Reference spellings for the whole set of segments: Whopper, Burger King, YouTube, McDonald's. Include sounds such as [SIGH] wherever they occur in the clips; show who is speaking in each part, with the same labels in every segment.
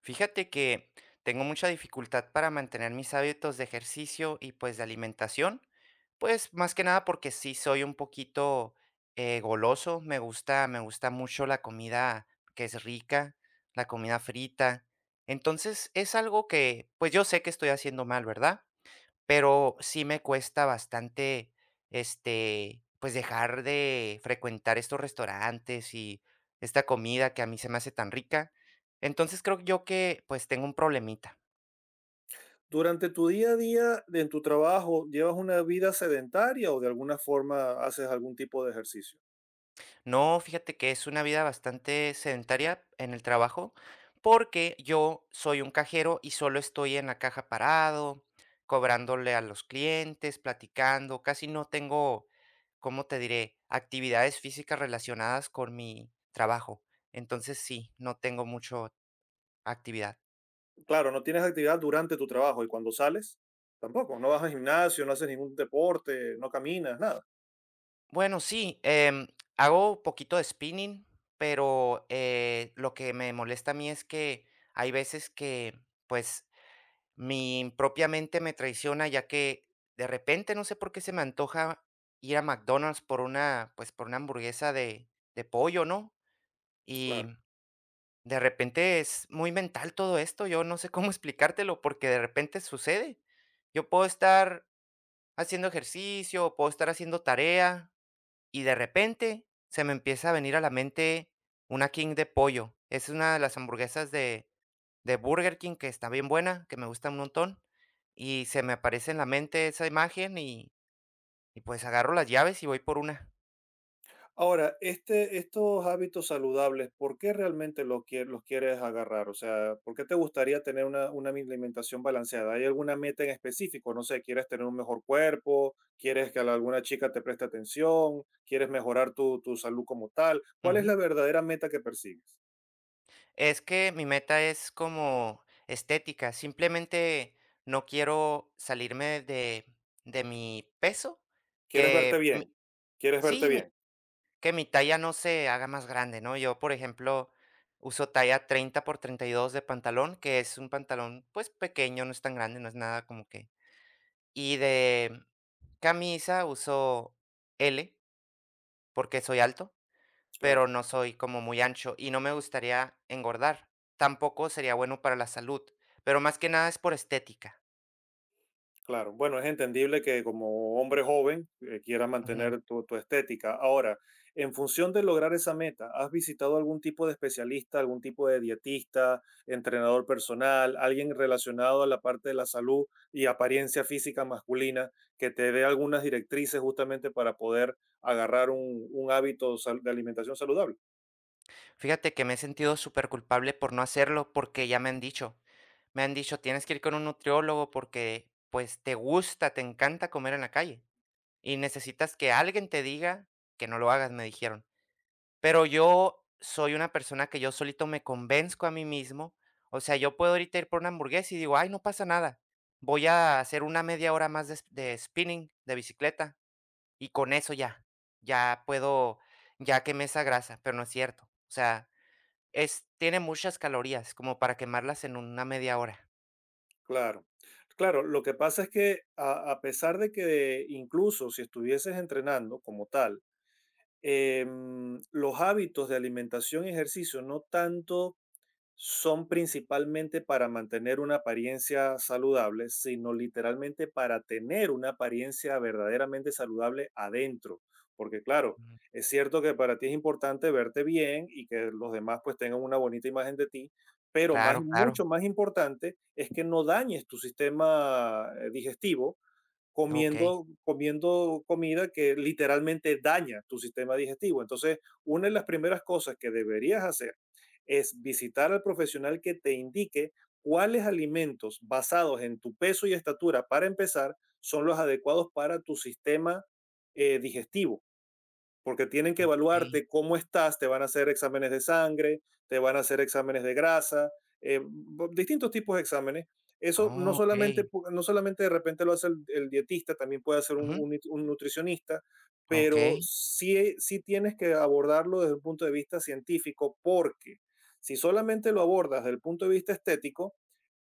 Speaker 1: Fíjate que tengo mucha dificultad para mantener mis hábitos de ejercicio y pues de alimentación, pues más que nada porque sí soy un poquito goloso. Me gusta mucho la comida que es rica, la comida frita. Entonces es algo que pues yo sé que estoy haciendo mal, ¿verdad? Pero sí me cuesta bastante, pues dejar de frecuentar estos restaurantes y esta comida que a mí se me hace tan rica. Entonces creo yo que pues tengo un problemita.
Speaker 2: Durante tu día a día, en tu trabajo, ¿llevas una vida sedentaria o de alguna forma haces algún tipo de ejercicio?
Speaker 1: No, fíjate que es una vida bastante sedentaria en el trabajo, porque yo soy un cajero y solo estoy en la caja parado, cobrándole a los clientes, platicando, casi no tengo, ¿cómo te diré?, actividades físicas relacionadas con mi trabajo. Entonces sí, no tengo mucho actividad.
Speaker 2: Claro, no tienes actividad durante tu trabajo y cuando sales, tampoco. No vas al gimnasio, no haces ningún deporte, no caminas, nada.
Speaker 1: Bueno, sí, hago un poquito de spinning, pero lo que me molesta a mí es que hay veces que, pues, mi propia mente me traiciona, ya que de repente no sé por qué se me antoja ir a McDonald's por una hamburguesa de pollo, ¿no? Y
Speaker 2: Claro.
Speaker 1: de repente es muy mental todo esto, yo no sé [LAUGHS] cómo explicártelo porque de repente sucede. Yo puedo estar haciendo ejercicio, puedo estar haciendo tarea y de repente se me empieza a venir a la mente una King de pollo. Es una de las hamburguesas de Burger King, que está bien buena, que me gusta un montón, y se me aparece en la mente esa imagen y, pues, agarro las llaves y voy por una.
Speaker 2: Ahora, estos hábitos saludables, ¿por qué realmente los quieres agarrar? O sea, ¿por qué te gustaría tener una alimentación balanceada? ¿Hay alguna meta en específico? No sé, ¿quieres tener un mejor cuerpo? ¿Quieres que la- alguna chica te preste atención? ¿Quieres mejorar tu salud como tal? ¿Cuál es
Speaker 1: Ujú.
Speaker 2: la verdadera meta que persigues?
Speaker 1: Es que mi meta es como estética, simplemente no quiero salirme de mi peso.
Speaker 2: ¿Quieres verte
Speaker 1: que
Speaker 2: bien?
Speaker 1: mi-
Speaker 2: ¿Quieres verte
Speaker 1: sí, mi
Speaker 2: bien?
Speaker 1: que mi talla no se haga más grande, ¿no? Yo, por ejemplo, uso talla 30x32 de pantalón, que es un pantalón, pues, pequeño, no es tan grande, no es nada como que. Y de camisa uso L, porque soy alto,
Speaker 2: Claro.
Speaker 1: pero no soy como muy ancho y no me gustaría engordar. Tampoco sería bueno para la salud, pero más que nada es por estética.
Speaker 2: Claro, bueno, es entendible que como hombre joven quiera
Speaker 1: Ujú.
Speaker 2: mantener tu estética. Ahora, en función de lograr esa meta, ¿has visitado algún tipo de especialista, algún tipo de dietista, entrenador personal, alguien relacionado a la parte de la salud y apariencia física masculina que te dé algunas directrices justamente para poder agarrar un de alimentación saludable?
Speaker 1: Fíjate que me he sentido súper culpable por no hacerlo porque ya me han dicho, tienes que ir con un nutriólogo porque pues te gusta, te encanta comer en la calle y necesitas que alguien te diga que no lo hagas, me dijeron. Pero yo soy una persona que yo solito me convenzco a mí mismo. O sea, yo puedo ahorita ir por una hamburguesa y digo: "Ay, no pasa nada. Voy a hacer una media hora más de spinning, de bicicleta, y con eso ya, ya puedo ya quemé esa grasa", pero no es cierto. O sea, es tiene muchas calorías como para quemarlas en una media hora.
Speaker 2: Claro. Claro, lo que pasa es que a pesar de que incluso si estuvieses entrenando como tal, los hábitos de alimentación y ejercicio no tanto son principalmente para mantener una apariencia saludable, sino literalmente para tener una apariencia verdaderamente saludable adentro. Porque claro,
Speaker 1: Ujú.
Speaker 2: es cierto que para ti es importante verte bien y que los demás pues tengan una bonita imagen de ti, pero
Speaker 1: Claro, claro.
Speaker 2: mucho más importante es que no dañes tu sistema digestivo
Speaker 1: Okey,
Speaker 2: comiendo comida que literalmente daña tu sistema digestivo. Entonces, una de las primeras cosas que deberías hacer es visitar al profesional que te indique cuáles alimentos basados en tu peso y estatura, para empezar, son los adecuados para tu sistema digestivo porque tienen que
Speaker 1: okey.
Speaker 2: evaluarte cómo estás, te van a hacer exámenes de sangre, te van a hacer exámenes de grasa, distintos tipos de exámenes. Eso no
Speaker 1: Ah,
Speaker 2: solamente,
Speaker 1: okey.
Speaker 2: no solamente de repente lo hace el dietista, también puede hacer
Speaker 1: Ujú.
Speaker 2: un un nutricionista, pero
Speaker 1: Okey.
Speaker 2: sí tienes que abordarlo desde un punto de vista científico, porque si solamente lo abordas desde el punto de vista estético,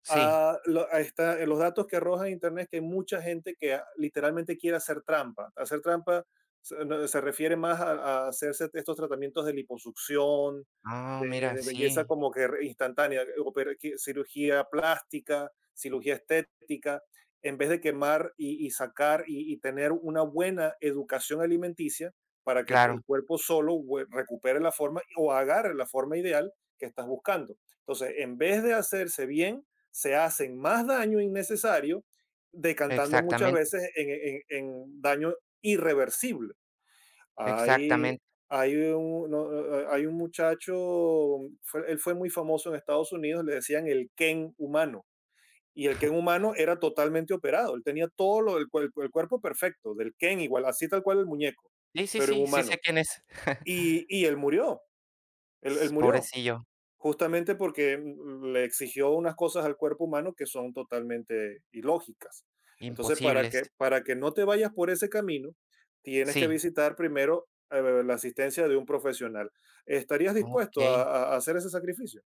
Speaker 1: Sí.
Speaker 2: a, a en los datos que arroja Internet que hay mucha gente que a- literalmente quiere hacer trampa. Hacer trampa se, no- se refiere más a hacerse estos tratamientos de liposucción,
Speaker 1: Ah, mira,
Speaker 2: de belleza
Speaker 1: sí,
Speaker 2: como que instantánea, cirugía plástica, cirugía estética, en vez de quemar y sacar y tener una buena educación alimenticia para que el
Speaker 1: claro,
Speaker 2: cuerpo solo recupere la forma o agarre la forma ideal que estás buscando. Entonces, en vez de hacerse bien, se hacen más daño innecesario, decantando muchas
Speaker 1: exactamente.
Speaker 2: veces en daño irreversible. Hay,
Speaker 1: Exactamente.
Speaker 2: hay, un, no, Hay un muchacho, él fue muy famoso en Estados Unidos, le decían el Ken humano. Y el Ken
Speaker 1: [LAUGHS]
Speaker 2: humano era totalmente operado, él tenía todo el cuerpo perfecto, del Ken igual, así tal cual el muñeco,
Speaker 1: Sí, sí,
Speaker 2: pero en
Speaker 1: sí, sí
Speaker 2: humano.
Speaker 1: sé quién es. [LAUGHS]
Speaker 2: Y él murió, él
Speaker 1: S
Speaker 2: murió
Speaker 1: Pobrecillo.
Speaker 2: justamente porque le exigió unas cosas al cuerpo humano que son totalmente ilógicas. Entonces,
Speaker 1: Imposibles.
Speaker 2: para que no te vayas por ese camino, tienes que
Speaker 1: Sí,
Speaker 2: visitar primero la asistencia de un profesional. ¿Estarías dispuesto
Speaker 1: okey.
Speaker 2: a hacer ese sacrificio?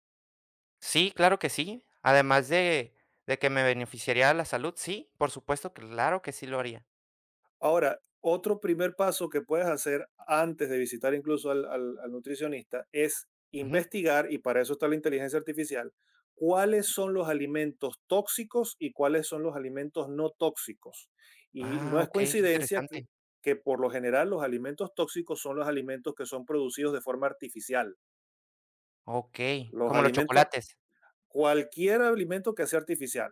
Speaker 1: Sí, claro que sí. Además de que me beneficiaría la salud, sí, por supuesto, claro que sí lo haría.
Speaker 2: Ahora, otro primer paso que puedes hacer antes de visitar incluso al nutricionista es
Speaker 1: Ujú.
Speaker 2: investigar, y para eso está la inteligencia artificial, cuáles son los alimentos tóxicos y cuáles son los alimentos no tóxicos. Y no
Speaker 1: Ah,
Speaker 2: es
Speaker 1: okey, qué
Speaker 2: coincidencia
Speaker 1: interesante.
Speaker 2: que por lo general los alimentos tóxicos son los alimentos que son producidos de forma artificial.
Speaker 1: Okey,
Speaker 2: Los
Speaker 1: como los
Speaker 2: alimentos,
Speaker 1: chocolates.
Speaker 2: cualquier alimento que sea artificial,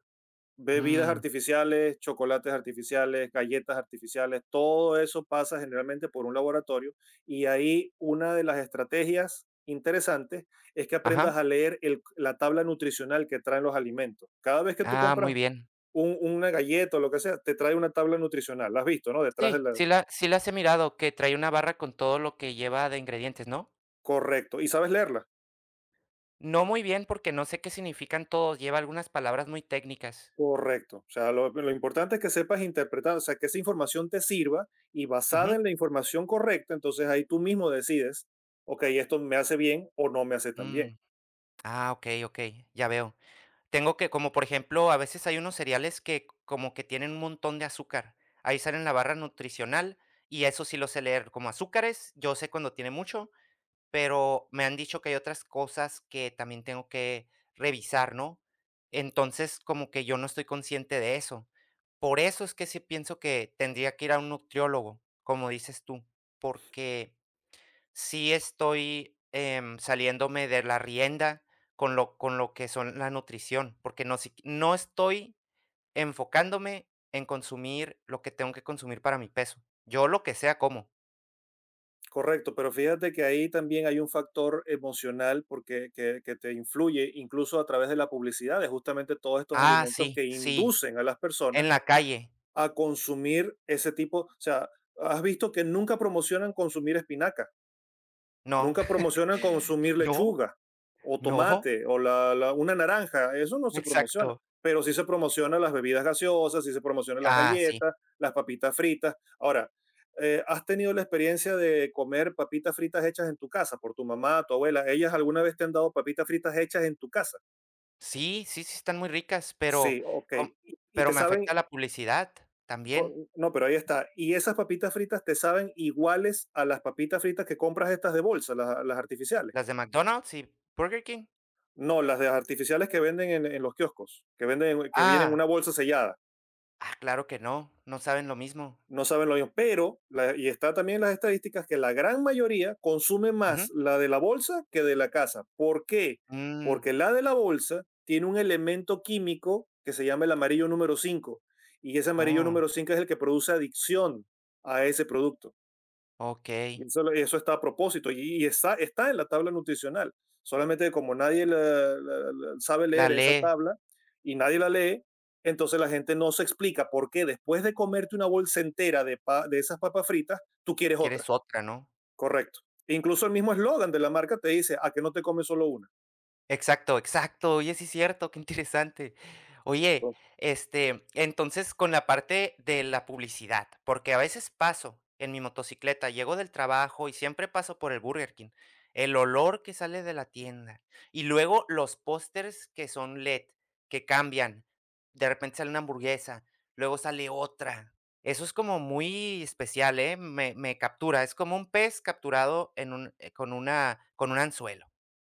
Speaker 2: bebidas
Speaker 1: Mm,
Speaker 2: artificiales, chocolates artificiales, galletas artificiales, todo eso pasa generalmente por un laboratorio y ahí una de las estrategias interesantes es que aprendas
Speaker 1: ajá.
Speaker 2: a leer la tabla nutricional que traen los alimentos. Cada vez que tú
Speaker 1: Ah,
Speaker 2: compras
Speaker 1: muy bien.
Speaker 2: una galleta o lo que sea, te trae una tabla nutricional, la has visto, ¿no? Detrás de
Speaker 1: Sí,
Speaker 2: la...
Speaker 1: sí la sí las he mirado, que trae una barra con todo lo que lleva de ingredientes, ¿no?
Speaker 2: Correcto, y sabes leerla.
Speaker 1: No muy bien, porque no sé qué significan todos, lleva algunas palabras muy técnicas.
Speaker 2: Correcto. O sea, lo importante es que sepas interpretar, o sea, que esa información te sirva y basada
Speaker 1: Ujú.
Speaker 2: en la información correcta, entonces ahí tú mismo decides, ok, esto me hace bien o no me hace tan bien.
Speaker 1: Mm, ah, okey, okey, ya veo. Tengo que como, por ejemplo, a veces hay unos cereales que como que tienen un montón de azúcar. Ahí sale en la barra nutricional, y eso sí lo sé leer como azúcares, yo sé cuando tiene mucho, pero me han dicho que hay otras cosas que también tengo que revisar, ¿no? Entonces, como que yo no estoy consciente de eso. Por eso es que sí pienso que tendría que ir a un nutriólogo, como dices tú, porque sí estoy, saliéndome de la rienda con lo que son la nutrición, porque si no estoy enfocándome en consumir lo que tengo que consumir para mi peso. Yo lo que sea como.
Speaker 2: Correcto, pero fíjate que ahí también hay un factor emocional porque que te influye incluso a través de la publicidad, de justamente todos estos
Speaker 1: Ah,
Speaker 2: alimentos
Speaker 1: sí,
Speaker 2: que
Speaker 1: sí,
Speaker 2: inducen a las
Speaker 1: en
Speaker 2: personas
Speaker 1: la calle.
Speaker 2: a consumir ese tipo, o sea, has visto que nunca promocionan consumir espinaca.
Speaker 1: No,
Speaker 2: Nunca promocionan consumir
Speaker 1: [LAUGHS] no,
Speaker 2: lechuga o
Speaker 1: no,
Speaker 2: tomate o una naranja. Eso no se promociona.
Speaker 1: exacto.
Speaker 2: Pero sí se promocionan las bebidas gaseosas, sí se promocionan las
Speaker 1: Ah, sí.
Speaker 2: galletas, las papitas fritas. Ahora, ¿has tenido la experiencia de comer papitas fritas hechas en tu casa por tu mamá, tu abuela? ¿Ellas alguna vez te han dado papitas fritas hechas en tu casa?
Speaker 1: Sí, sí, sí están muy ricas, pero
Speaker 2: Sí, ok.
Speaker 1: com
Speaker 2: Y te
Speaker 1: pero me
Speaker 2: saben,
Speaker 1: afecta la publicidad
Speaker 2: co-
Speaker 1: también,
Speaker 2: no, pero ahí está. Y esas papitas fritas te saben iguales a las papitas fritas que compras estas de bolsa, las artificiales.
Speaker 1: las de McDonald's y Burger King.
Speaker 2: No, las de las artificiales que venden en los kioscos, que venden, que vienen en
Speaker 1: Ah.
Speaker 2: una bolsa sellada,
Speaker 1: Ah, claro que no, no saben lo mismo.
Speaker 2: no saben lo mismo. Pero, y está también en las estadísticas que la gran mayoría consume más
Speaker 1: Ujú.
Speaker 2: la de la bolsa que de la casa. ¿Por qué?
Speaker 1: Mm,
Speaker 2: Porque la de la bolsa tiene un elemento químico que se llama el amarillo número cinco. Y ese amarillo
Speaker 1: oh,
Speaker 2: número cinco es el que produce adicción a ese producto.
Speaker 1: okey.
Speaker 2: Y eso está a propósito y está en la tabla nutricional. Solamente como nadie sabe
Speaker 1: La
Speaker 2: leer esa
Speaker 1: ley,
Speaker 2: tabla y nadie la lee, entonces la gente no se explica por qué después de comerte una bolsa entera de, de esas papas fritas, tú quieres otra.
Speaker 1: quieres otra, ¿no?
Speaker 2: Correcto. E incluso el mismo eslogan de la marca te dice, a que no te comes solo una.
Speaker 1: Exacto, exacto. Oye, sí es cierto, qué interesante. Oye,
Speaker 2: Entonces,
Speaker 1: entonces con la parte de la publicidad, porque a veces paso en mi motocicleta, llego del trabajo y siempre paso por el Burger King, el olor que sale de la tienda y luego los pósters que son LED, que cambian, de repente sale una hamburguesa, luego sale otra. Eso es como muy especial, ¿eh? Me captura, es como un pez capturado en un, con, una, con un anzuelo.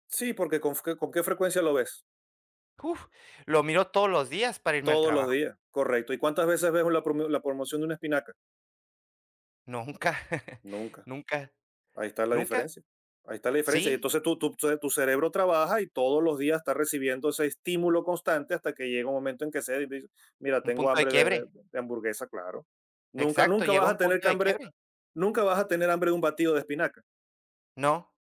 Speaker 2: sí, porque con, con qué frecuencia lo ves.
Speaker 1: Uf, lo miro todos los días para irme al
Speaker 2: Todos los
Speaker 1: trabajo.
Speaker 2: días, correcto. ¿Y cuántas veces ves la promoción de una espinaca?
Speaker 1: Nunca, [LAUGHS]
Speaker 2: Nunca.
Speaker 1: nunca,
Speaker 2: Ahí está la
Speaker 1: nunca.
Speaker 2: diferencia. Ahí está la diferencia. Y
Speaker 1: Sí,
Speaker 2: entonces tu cerebro trabaja y todos los días está recibiendo ese estímulo constante hasta que llega un momento en que se dice, mira,
Speaker 1: un
Speaker 2: tengo
Speaker 1: punto de
Speaker 2: hambre
Speaker 1: quiebre.
Speaker 2: de hamburguesa, claro.
Speaker 1: Exacto,
Speaker 2: Nunca
Speaker 1: llegó
Speaker 2: vas
Speaker 1: a
Speaker 2: a
Speaker 1: un
Speaker 2: tener que
Speaker 1: punto de
Speaker 2: hambre,
Speaker 1: quiebre.
Speaker 2: nunca vas a tener hambre de un batido de espinaca.
Speaker 1: No.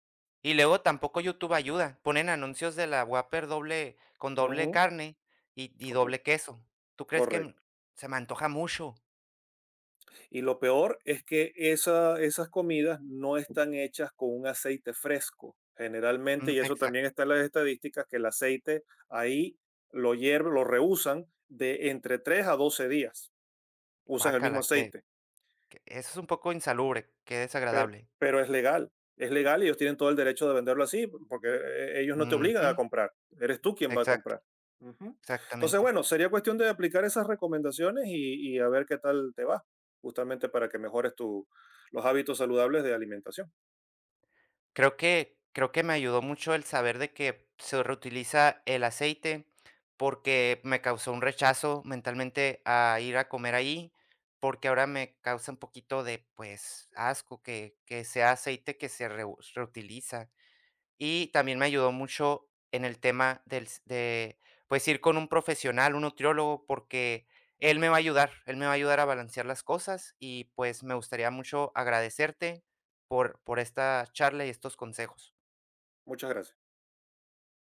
Speaker 1: Y luego tampoco YouTube ayuda. Ponen anuncios de la Whopper doble con doble
Speaker 2: Ujú.
Speaker 1: carne y doble
Speaker 2: Correcto.
Speaker 1: queso. ¿Tú crees que
Speaker 2: Correcto.
Speaker 1: se me antoja mucho?
Speaker 2: Y lo peor es que esas comidas no están hechas con un aceite fresco, generalmente,
Speaker 1: Mm,
Speaker 2: y eso también
Speaker 1: exacto.
Speaker 2: está en las estadísticas, que el aceite ahí lo hierven, lo rehusan de entre 3 a 12 días, usan el mismo
Speaker 1: Guácala, que
Speaker 2: aceite.
Speaker 1: que eso es un poco insalubre, qué
Speaker 2: Pe-
Speaker 1: desagradable.
Speaker 2: pero es legal y ellos tienen todo el derecho de venderlo así, porque ellos no te obligan a
Speaker 1: Ujú,
Speaker 2: comprar, eres tú quien va a
Speaker 1: exacto,
Speaker 2: comprar. Ujú. Entonces,
Speaker 1: exactamente.
Speaker 2: bueno, sería cuestión de aplicar esas recomendaciones y a ver qué tal te va, justamente para que mejores los hábitos saludables de alimentación.
Speaker 1: Creo que me ayudó mucho el saber de que se reutiliza el aceite, porque me causó un rechazo mentalmente a ir a comer ahí, porque ahora me causa un poquito de, pues, asco que sea aceite que se reutiliza. Y también me ayudó mucho en el tema del s de, pues, ir con un profesional, un nutriólogo, porque él me va a ayudar, él me va a ayudar a balancear las cosas y, pues, me gustaría mucho agradecerte por esta charla y estos consejos.
Speaker 2: Muchas gracias.